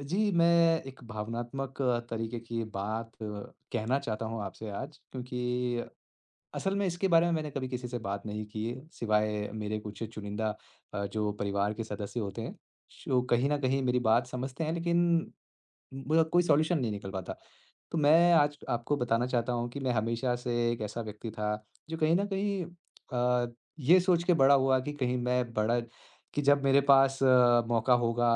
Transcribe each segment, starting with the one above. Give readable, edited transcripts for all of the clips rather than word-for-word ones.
जी, मैं एक भावनात्मक तरीके की बात कहना चाहता हूँ आपसे आज क्योंकि असल में इसके बारे में मैंने कभी किसी से बात नहीं की है, सिवाय मेरे कुछ चुनिंदा जो परिवार के सदस्य होते हैं, जो कहीं न कहीं मेरी बात समझते हैं लेकिन मुझे कोई सॉल्यूशन नहीं निकल पाता। तो मैं आज आपको बताना चाहता हूँ कि मैं हमेशा से एक ऐसा व्यक्ति था जो कहीं न कहीं अ, ये सोच के बड़ा हुआ कि कहीं मैं बड़ा कि जब मेरे पास मौका होगा,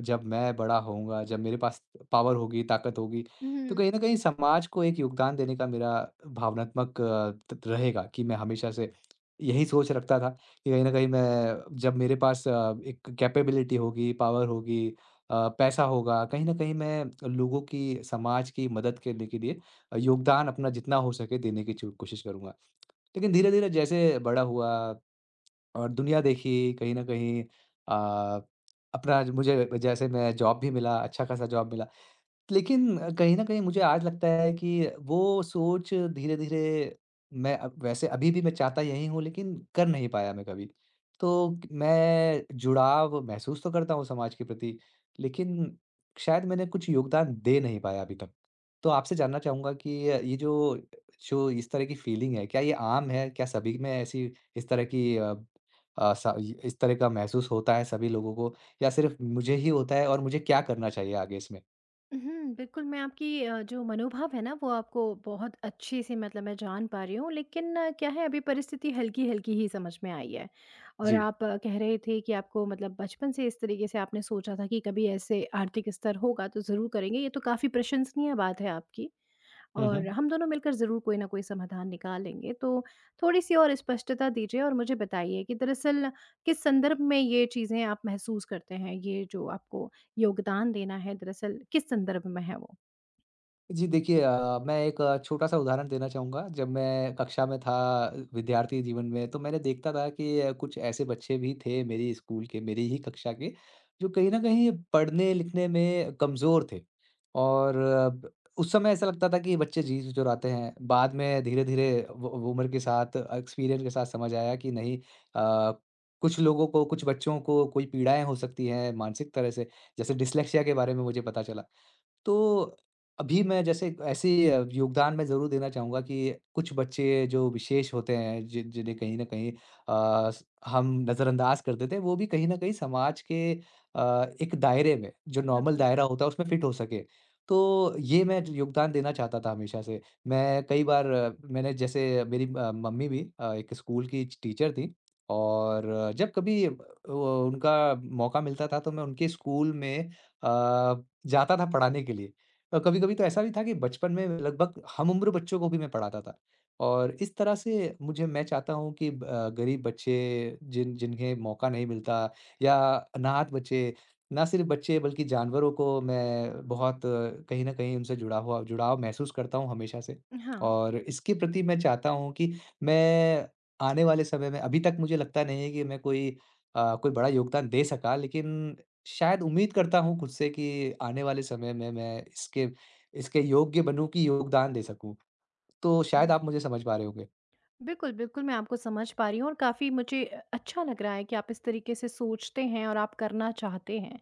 जब मैं बड़ा होऊँगा, जब मेरे पास पावर होगी, ताकत होगी, तो हुँ, कहीं न कहीं समाज को एक योगदान देने का मेरा भावनात्मक त रहेगा कि मैं हमेशा से यही सोच रखता था कि कहीं न कहीं मैं जब मेरे पास एक कैपेबिलिटी होगी, पावर होगी पैसा होगा, कहीं न कहीं मैं लोगों की समाज की मदद करने के लिए योगदान अपना जितना हो सके देने की चू कोशिश करूँगा। लेकिन धीरे-धीरे जैसे बड़ा हुआ और दुनिया देखी कहीं न कहीं अ, अपना ज मुझे जैसे मैं जॉब भी मिला, अच्छा-खासा जॉब मिला। लेकिन कहीं न कहीं मुझे आज लगता है कि वो सोच धीरे-धीरे मैं अब वैसे अभी भी मैं चाहता यही हूँ लेकिन कर नहीं पाया मैं कभी। तो क मैं जुड़ाव महसूस तो करता हूँ समाज के प्रति, लेकिन शायद मैंने कुछ योगदान दे नहीं पाया अभी तक। तो आपसे जानना चाहूँगा कि ये जो जो इस तरह की फीलिंग है, क्या ये आम है? क्या सभी में ऐसी इस तरह की स इस तरह का महसूस होता है सभी लोगों को या सिर्फ़ मुझे ही होता है और मुझे क्या करना चाहिए आगे इसमें? हुँ। बिल्कुल मैं आपकी जो मनोभाव है ना वो आपको बहुत अच्छे से मतलब मैं जान पा रही हूँ। लेकिन क्या है अभी परिस्थिति हल्की-हल्की ही समझ में आई है। और जी। आप कह रहे थे कि आपको मतलब बचपन से इस तरीके से आपने सोचा था कि कभी ऐसे आर्थिक स्तर होगा तो ज़रूर करेंगे। ये तो काफ़ी प्रशंसनीय बात है आपकी। हुँ, हुँ। और हम दोनों मिलकर ज़रूर कोई ना कोई समाधान निकालेंगे। तो थोड़ी-सी और स्पष्टता दीजिए और मुझे बताइए कि दरअसल किस संदर्भ में ये चीज़ें आप महसूस करते हैं? ये जो आपको योगदान देना है दरअसल किस संदर्भ में है वो? जी, देखिए मैं एक छोटा-सा उदाहरण देना चाहूँगा। जब मैं कक्षा में था विद्यार्थी जीवन में, तो मैंने देखता था कि कुछ ऐसे बच्चे भी थे मेरी स्कूल के, मेरी ही कक्षा के, जो कहीं न कहीं पढ़ने-लिखने में कमज़ोर थे। और ब उस समय ऐसा लगता था कि ये बच्चे जी-जुराते हैं। बाद में धीरे-धीरे वो उम्र के साथ, एक्सपीरियंस के साथ समझ आया कि नहीं कुछ लोगों को, कुछ बच्चों को कोई पीड़ाएँ हो सकती हैं मानसिक तरह से। जैसे डिस्लेक्सिया के बारे में मुझे पता चला। तो अभी मैं जैसे ऐसे ही योगदान मैं ज़रूर देना चाहूँगा कि कुछ बच्चे जो विशेष होते हैं जिन जिन्हें कहीं न कहीं स हम नज़रअंदाज कर देते हैं, वो भी कहीं न कहीं समाज के एक दायरे में, जो नॉर्मल बिल्कुल। दायरा होता है उसमें फिट हो सके। तो ये मैं जो योगदान देना चाहता था हमेशा से। मैं कई बार मैंने जैसे मेरी मम्मी भी एक स्कूल की टीचर थीं और जब कभी वो उनका मौका मिलता था तो मैं उनके स्कूल में अ, जाता था पढ़ाने के लिए और कभी-कभी तो ऐसा भी था कि बचपन में लगभग हम-उम्र बच्चों को भी मैं पढ़ाता था और इस तरह से मुझे मैं चाहता हूँ कि ब गरीब बच्चे जिन जिन्हें मौका नहीं मिलता या अनाथ बच्चे, ना सिर्फ़ बच्चे बल्कि जानवरों को मैं बहुत कहीं न कहीं उनसे जुड़ा हुआ जुड़ाव महसूस करता हूँ हमेशा से हाँ। और इसके प्रति मैं चाहता हूँ कि मैं आने वाले समय में अभी तक मुझे लगता नहीं है कि मैं कोई कोई बड़ा योगदान दे सका लेकिन शायद उम्मीद करता हूँ खुद से कि आने वाले समय में मैं इसके इसके योग्य बनूँ कि योगदान दे सकूँ। तो शायद हुँ। आप मुझे समझ पा रहे होंगे। बिल्कुल, बिल्कुल मैं आपको समझ पा रही हूँ और काफ़ी मुझे अच्छा लग रहा है कि आप इस तरीके से सोचते हैं और आप करना चाहते हैं।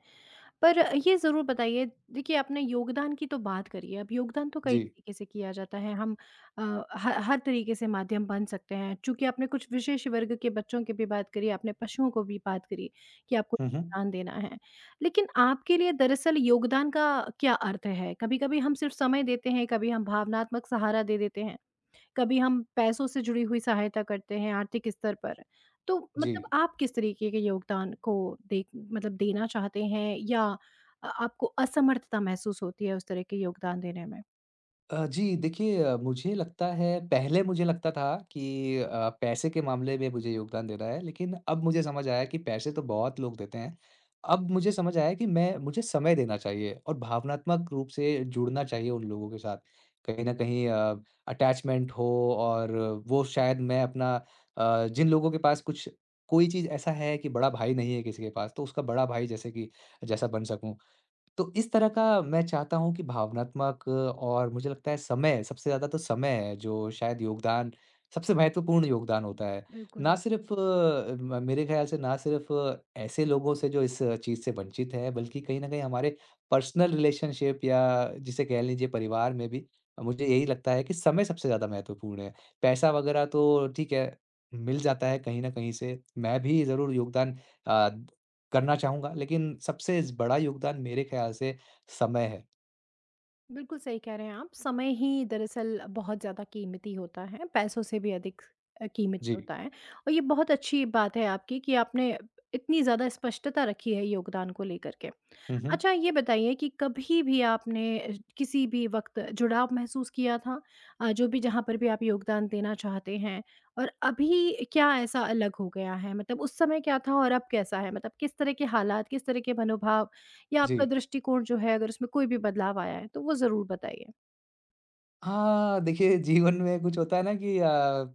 पर ये ज़रूर बताइए, देखिए आपने योगदान की तो बात करी है। अब योगदान तो कई जी। तरीके से किया जाता है। हम अ, ह हर तरीके से माध्यम बन सकते हैं। चूँकि आपने कुछ विशेष वर्ग के बच्चों की भी बात करी, आपने पशुओं को भी बात करी कि आपको हुँ, हुँ। योगदान देना है। लेकिन आपके लिए दरअसल योगदान का क्या अर्थ है? कभी-कभी हम सिर्फ़ समय देते हैं, कभी हम भावनात्मक सहारा दे देते हैं। कभी हम पैसों से जुड़ी हुई सहायता करते हैं आर्थिक स्तर पर। तो जी। मतलब आप किस तरीके के योगदान को देख मतलब देना चाहते हैं या आपको असमर्थता महसूस होती है उस तरह के योगदान देने में? जी, देखिए मुझे लगता है पहले मुझे लगता था कि पैसे के मामले में मुझे योगदान देना है, लेकिन अब मुझे समझ आया कि पैसे तो बहुत लोग देते हैं। अब मुझे समझ आया कि मैं मुझे समय देना चाहिए और भावनात्मक रूप से जुड़ना चाहिए उन लोगों के साथ। कहीं न कहीं अटैचमेंट हो और वो शायद मैं अपना जिन लोगों के पास कुछ कोई चीज़ ऐसा है कि बड़ा भाई नहीं है किसी के पास, तो उसका बड़ा भाई जैसे कि जैसा बन सकूँ। तो इस तरह का मैं चाहता हूँ कि भावनात्मक और मुझे लगता है समय सबसे ज़्यादा तो समय है जो शायद योगदान सबसे महत्वपूर्ण योगदान होता है। बिल्कुल। ना सिर्फ़ म मेरे ख़्याल से ना सिर्फ़ ऐसे लोगों से जो इस चीज़ से वंचित हैं बल्कि कहीं न कहीं हमारे पर्सनल रिलेशनशिप या जिसे कह लीजिए परिवार में भी मुझे यही लगता है कि समय सबसे ज़्यादा महत्वपूर्ण है। पैसा वग़ैरह तो ठीक है, मिल जाता है कहीं न कहीं से। मैं भी ज़रूर योगदान अ, करना चाहूँगा, लेकिन सबसे बड़ा योगदान मेरे ख़्याल से समय है। बिल्कुल सही कह रहे हैं आप। समय ही दरअसल बहुत ज़्यादा कीमती होता है, पैसों से भी अधिक कीमती जी। होता है। और ये बहुत अच्छी बात है आपकी कि आपने इतनी ज़्यादा स्पष्टता रखी है योगदान को लेकर के। हुँ, हुँ। अच्छा, ये बताइए कि कभी भी आपने किसी भी वक़्त जुड़ाव महसूस किया था? जो भी जहाँ पर भी आप योगदान देना चाहते हैं और अभी क्या ऐसा अलग हो गया है? मतलब उस समय क्या था और अब कैसा है? मतलब किस तरह के हालात, किस तरह के मनोभाव या जी। आपका दृष्टिकोण जो है अगर उसमें कोई भी बदलाव आया है, तो वो ज़रूर बताइए? हाँ, देखिए जीवन में कुछ होता है ना कि अ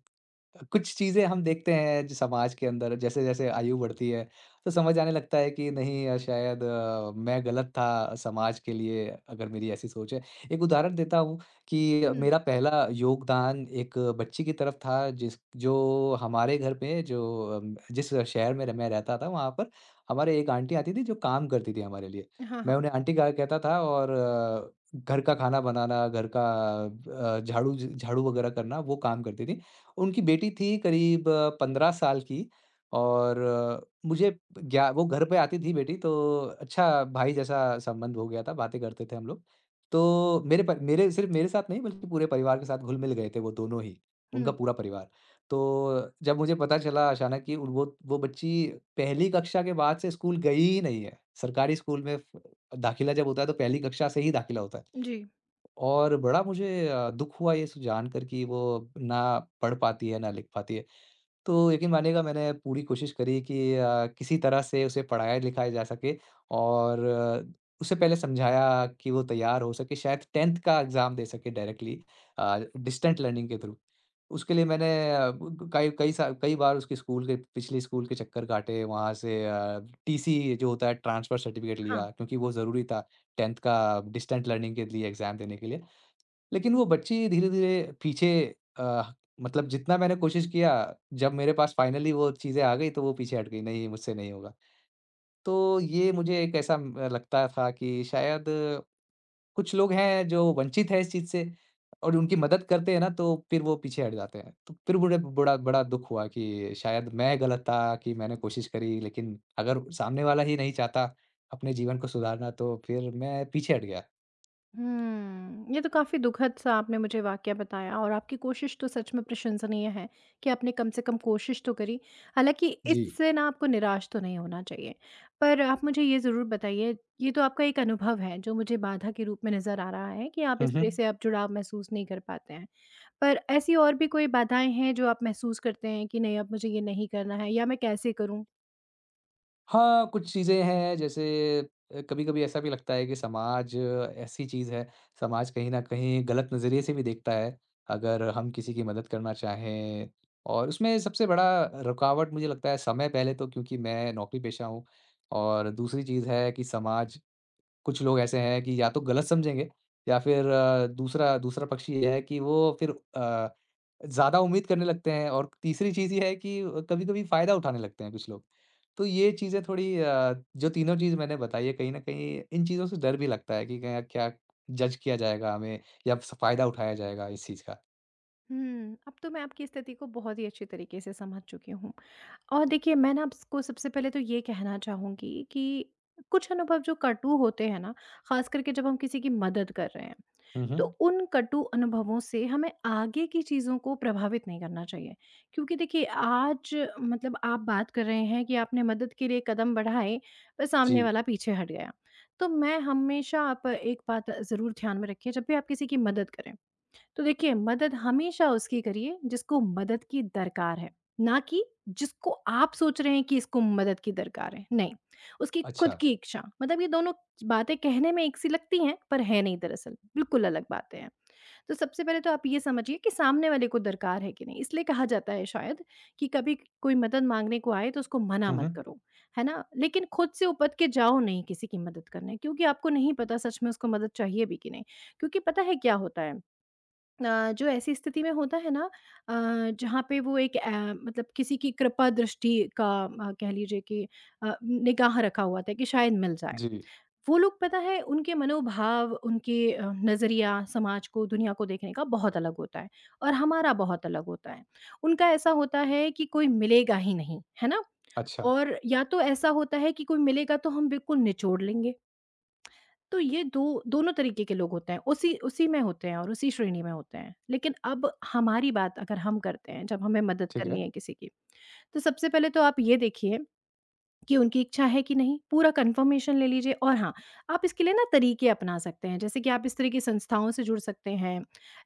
कुछ चीज़ें हम देखते हैं जो समाज के अंदर जैसे-जैसे आयु बढ़ती है, तो समझ आने लगता है कि नहीं शायद मैं गलत था समाज के लिए अगर मेरी ऐसी सोच है। एक उदाहरण देता हूँ कि हुँ। मेरा पहला योगदान एक बच्ची की तरफ था जिस जो हमारे घर पे जो जिस शहर में मैं रहता था वहाँ पर हमारे एक आंटी आती थी जो काम करती थी हमारे लिए। हाँ, हाँ। मैं उन्हें आंटी कहा कहता था और घर का खाना बनाना, घर का झाड़ू ज झाड़ू वगैरह करना वो काम करती थी। उनकी बेटी थी करीब 15 साल की और मुझे ग्या वो घर पे आती थी बेटी तो अच्छा भाई जैसा संबंध हो गया था, बातें करते थे हम लोग। तो मेरे पर मेरे सिर्फ़ मेरे साथ नहीं बल्कि पूरे परिवार के साथ घुल-मिल गए थे वो दोनों ही, हुँ, उनका पूरा परिवार। तो जब मुझे पता चला अचानक कि उन- वो बच्ची पहली कक्षा के बाद से स्कूल गई ही नहीं है। सरकारी स्कूल में फ दाखिला जब होता है तो पहली कक्षा से ही दाखिला होता है। जी। और बड़ा मुझे दुःख हुआ ये स जानकर कि वो ना पढ़ पाती है, ना लिख पाती है। तो यकीन मानिएगा मैंने पूरी कोशिश करी कि किसी तरह से उसे पढ़ाया-लिखाया जा सके और उससे पहले समझाया कि वो तैयार हो सके, शायद 10th का एग्ज़ाम दे सके डायरेक्टली डिस्टेंट लर्निंग के थ्रू। उसके लिए मैंने ब कई कई सा कई बार उसके स्कूल के पिछले स्कूल के चक्कर काटे, वहाँ से टीसी जो होता है ट्रांसफर सर्टिफ़िकेट लिया क्योंकि वो ज़रूरी था 10th का डिस्टेंट लर्निंग के लिए एग्ज़ाम देने के लिए। लेकिन वो बच्ची धीरे-धीरे पीछे अ, मतलब जितना मैंने कोशिश किया, जब मेरे पास फाइनली वो चीज़ें आ गई, तो वो पीछे हट गई, नहीं मुझसे नहीं होगा। तो ये मुझे एक ऐसा म लगता था कि शायद कुछ लोग हैं जो वंचित हैं इस चीज़ से और उनकी मदद करते हैं ना, तो फिर वो पीछे हट जाते हैं। तो फिर मुझे बड़ा बड़ा दुःख हुआ कि शायद मैं गलत था कि मैंने कोशिश करी, लेकिन अगर सामने वाला ही नहीं चाहता अपने जीवन को सुधारना, तो फिर मैं पीछे हट गया। ये तो काफ़ी दुखद सा आपने मुझे वाकया बताया और आपकी कोशिश तो सच में प्रशंसनीय है कि आपने कम से कम कोशिश तो करी। हालाँकि जी। इससे ना आपको निराश तो नहीं होना चाहिए। पर आप मुझे ये ज़रूर बताइए, ये तो आपका एक अनुभव है जो मुझे बाधा के रूप में नज़र आ रहा है कि आप हुँ, इस तरह हुँ। से आप जुड़ाव महसूस नहीं कर पाते हैं। पर ऐसी और भी कोई बाधाएँ हैं जो आप महसूस करते हैं कि नहीं अब मुझे ये नहीं करना है या मैं कैसे करूँ? हाँ, कुछ चीज़ें हैं जैसे कभी-कभी ऐसा भी लगता है कि समाज ऐसी चीज़ है, समाज कहीं न कहीं गलत नज़रिए से भी देखता है, अगर हम किसी की मदद करना चाहें और उसमें सबसे बड़ा रुकावट मुझे लगता है समय पहले तो क्योंकि मैं नौकरीपेशा हूँ और दूसरी चीज़ है कि समाज कुछ लोग ऐसे हैं कि या तो गलत समझेंगे या फिर दूसरा दूसरा पक्ष ये है कि वो फिर अ ज़्यादा उम्मीद करने लगते हैं और तीसरी चीज़ ये है कि कभी-कभी फ़ायदा उठाने लगते हैं कुछ लोग। तो ये चीज़ें थोड़ी जो तीनों चीज़ मैंने बताई है कहीं न कहीं इन चीज़ों से डर भी लगता है कि क्या क्या जज किया जाएगा हमें या स फ़ायदा उठाया जाएगा इस चीज़ का। हुँ, अब तो मैं आपकी स्थिति को बहुत ही अच्छी तरीके से समझ चुकी हूँ। और देखिए मैं ना आपको सबसे पहले तो ये कहना चाहूँगी कि कुछ अनुभव जो कटु होते हैं ना, ख़ास करके जब हम किसी की मदद कर रहे हैं, हुँ, तो हुँ। उन कटु अनुभवों से हमें आगे की चीज़ों को प्रभावित नहीं करना चाहिए। क्योंकि देखिए आज मतलब आप बात कर रहे हैं कि आपने मदद के लिए कदम बढ़ाए, पर सामने जी, वाला पीछे हट गया। तो मैं हमेशा आप एक बात ज़रूर ध्यान में रखिए, जब भी आप किसी की मदद करें, तो देखिए मदद हमेशा उसकी करिए जिसको मदद की दरकार है, ना कि जिसको आप सोच रहे हैं कि इसको मदद की दरकार है। नहीं, उसकी खुद अच्छा। की इच्छा, मतलब ये दोनों बातें कहने में एक सी लगती हैं पर है नहीं, दरअसल बिल्कुल अलग बातें हैं। तो सबसे पहले तो आप ये समझिए कि सामने वाले को दरकार है कि नहीं। इसलिए कहा जाता है शायद कि कभी कोई मदद मांगने को आए तो उसको मना हुँ, मत हुँ। करो, है ना? लेकिन खुद से उपद के जाओ नहीं किसी की मदद करने, क्योंकि आपको नहीं पता सच में उसको मदद चाहिए भी कि नहीं। क्योंकि पता है क्या होता है, जो ऐसी स्थिति में होता है ना, जहाँ पे वो एक मतलब किसी की कृपा दृष्टि का, कह लीजिए कि निगाह रखा हुआ था कि शायद मिल जाए। जी, वो लोग, पता है उनके मनोभाव, उनके नज़रिया समाज को दुनिया को देखने का बहुत अलग होता है और हमारा बहुत अलग होता है। उनका ऐसा होता है कि कोई मिलेगा ही नहीं, है ना? अच्छा। और या तो ऐसा होता है कि कोई मिलेगा तो हम बिल्कुल निचोड़ लेंगे। तो ये दो दोनों तरीके के लोग होते हैं, उसी उसी में होते हैं और उसी श्रेणी में होते हैं। लेकिन अब हमारी बात अगर हम करते हैं, जब हमें मदद ठीक करनी है। है किसी की, तो सबसे पहले तो आप ये देखिए कि उनकी इच्छा है कि नहीं, पूरा कन्फर्मेशन ले लीजिए। और हाँ, आप इसके लिए ना तरीके अपना सकते हैं, जैसे कि आप इस तरह की संस्थाओं से जुड़ सकते हैं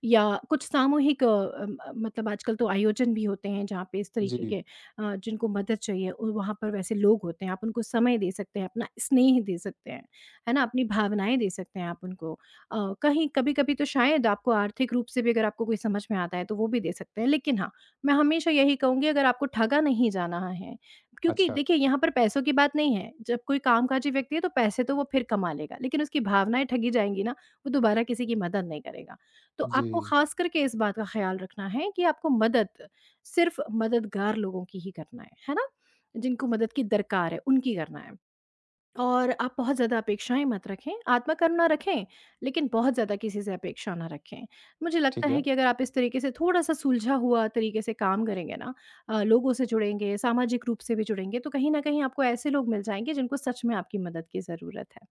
या कुछ सामूहिक मतलब आजकल तो आयोजन भी होते हैं जहाँ पे इस तरीके के जी, जिनको मदद चाहिए उ वहाँ पर वैसे लोग होते हैं, आप उनको समय दे सकते हैं, अपना स्नेह दे सकते हैं, है ना? अपनी भावनाएँ दे सकते हैं आप उनको। कहीं कभी-कभी तो शायद आपको आर्थिक रूप से भी अगर आपको कोई समझ में आता है, तो वो भी दे सकते हैं, लेकिन हाँ, मैं हमेशा यही कहूँगी अगर आपको ठगा नहीं जाना है, क्योंकि अच्छा। देखिए यहाँ पर पैसों की बात नहीं है, जब कोई कामकाजी व्यक्ति है तो पैसे तो वो फिर कमा लेगा, लेकिन उसकी भावनाएँ ठगी जाएँगी ना, वो दोबारा किसी की मदद नहीं करेगा। तो जी, आपको ख़ास करके इस बात का ख़्याल रखना है कि आपको मदद सिर्फ़ मददगार लोगों की ही करना है ना? जिनको मदद की दरकार है, उनकी करना है। और आप बहुत ज़्यादा अपेक्षाएँ मत रखें, आत्मकरुणा रखें, लेकिन बहुत ज़्यादा किसी से अपेक्षा ना रखें। मुझे लगता ठीक है। है कि अगर आप इस तरीके से थोड़ा-सा सुलझा हुआ तरीके से काम करेंगे ना, लोगों से जुड़ेंगे, सामाजिक रूप से भी जुड़ेंगे, तो कहीं न कहीं आपको ऐसे लोग मिल जाएँगे जिनको सच में आपकी मदद की ज़रूरत है।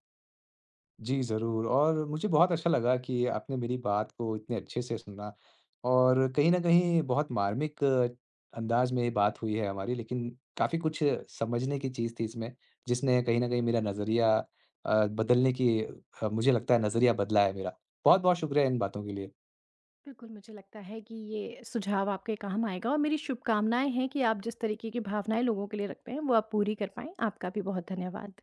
जी, ज़रूर और मुझे बहुत अच्छा लगा कि आपने मेरी बात को इतने अच्छे से सुना और कहीं न कहीं बहुत मार्मिक अंदाज़ में ये बात हुई है हमारी, लेकिन काफ़ी कुछ समझने की चीज़ थी इसमें, जिसने कहीं न कहीं मेरा नज़रिया बदलने की मुझे लगता है नज़रिया बदला है मेरा। बहुत-बहुत शुक्रिया इन बातों के लिए। बिल्कुल, मुझे लगता है कि ये सुझाव आपके काम आएगा और मेरी शुभकामनाएँ हैं कि आप जिस तरीके की भावनाएँ लोगों के लिए रखते हैं, वो आप पूरी कर पाएँ। आपका भी बहुत धन्यवाद।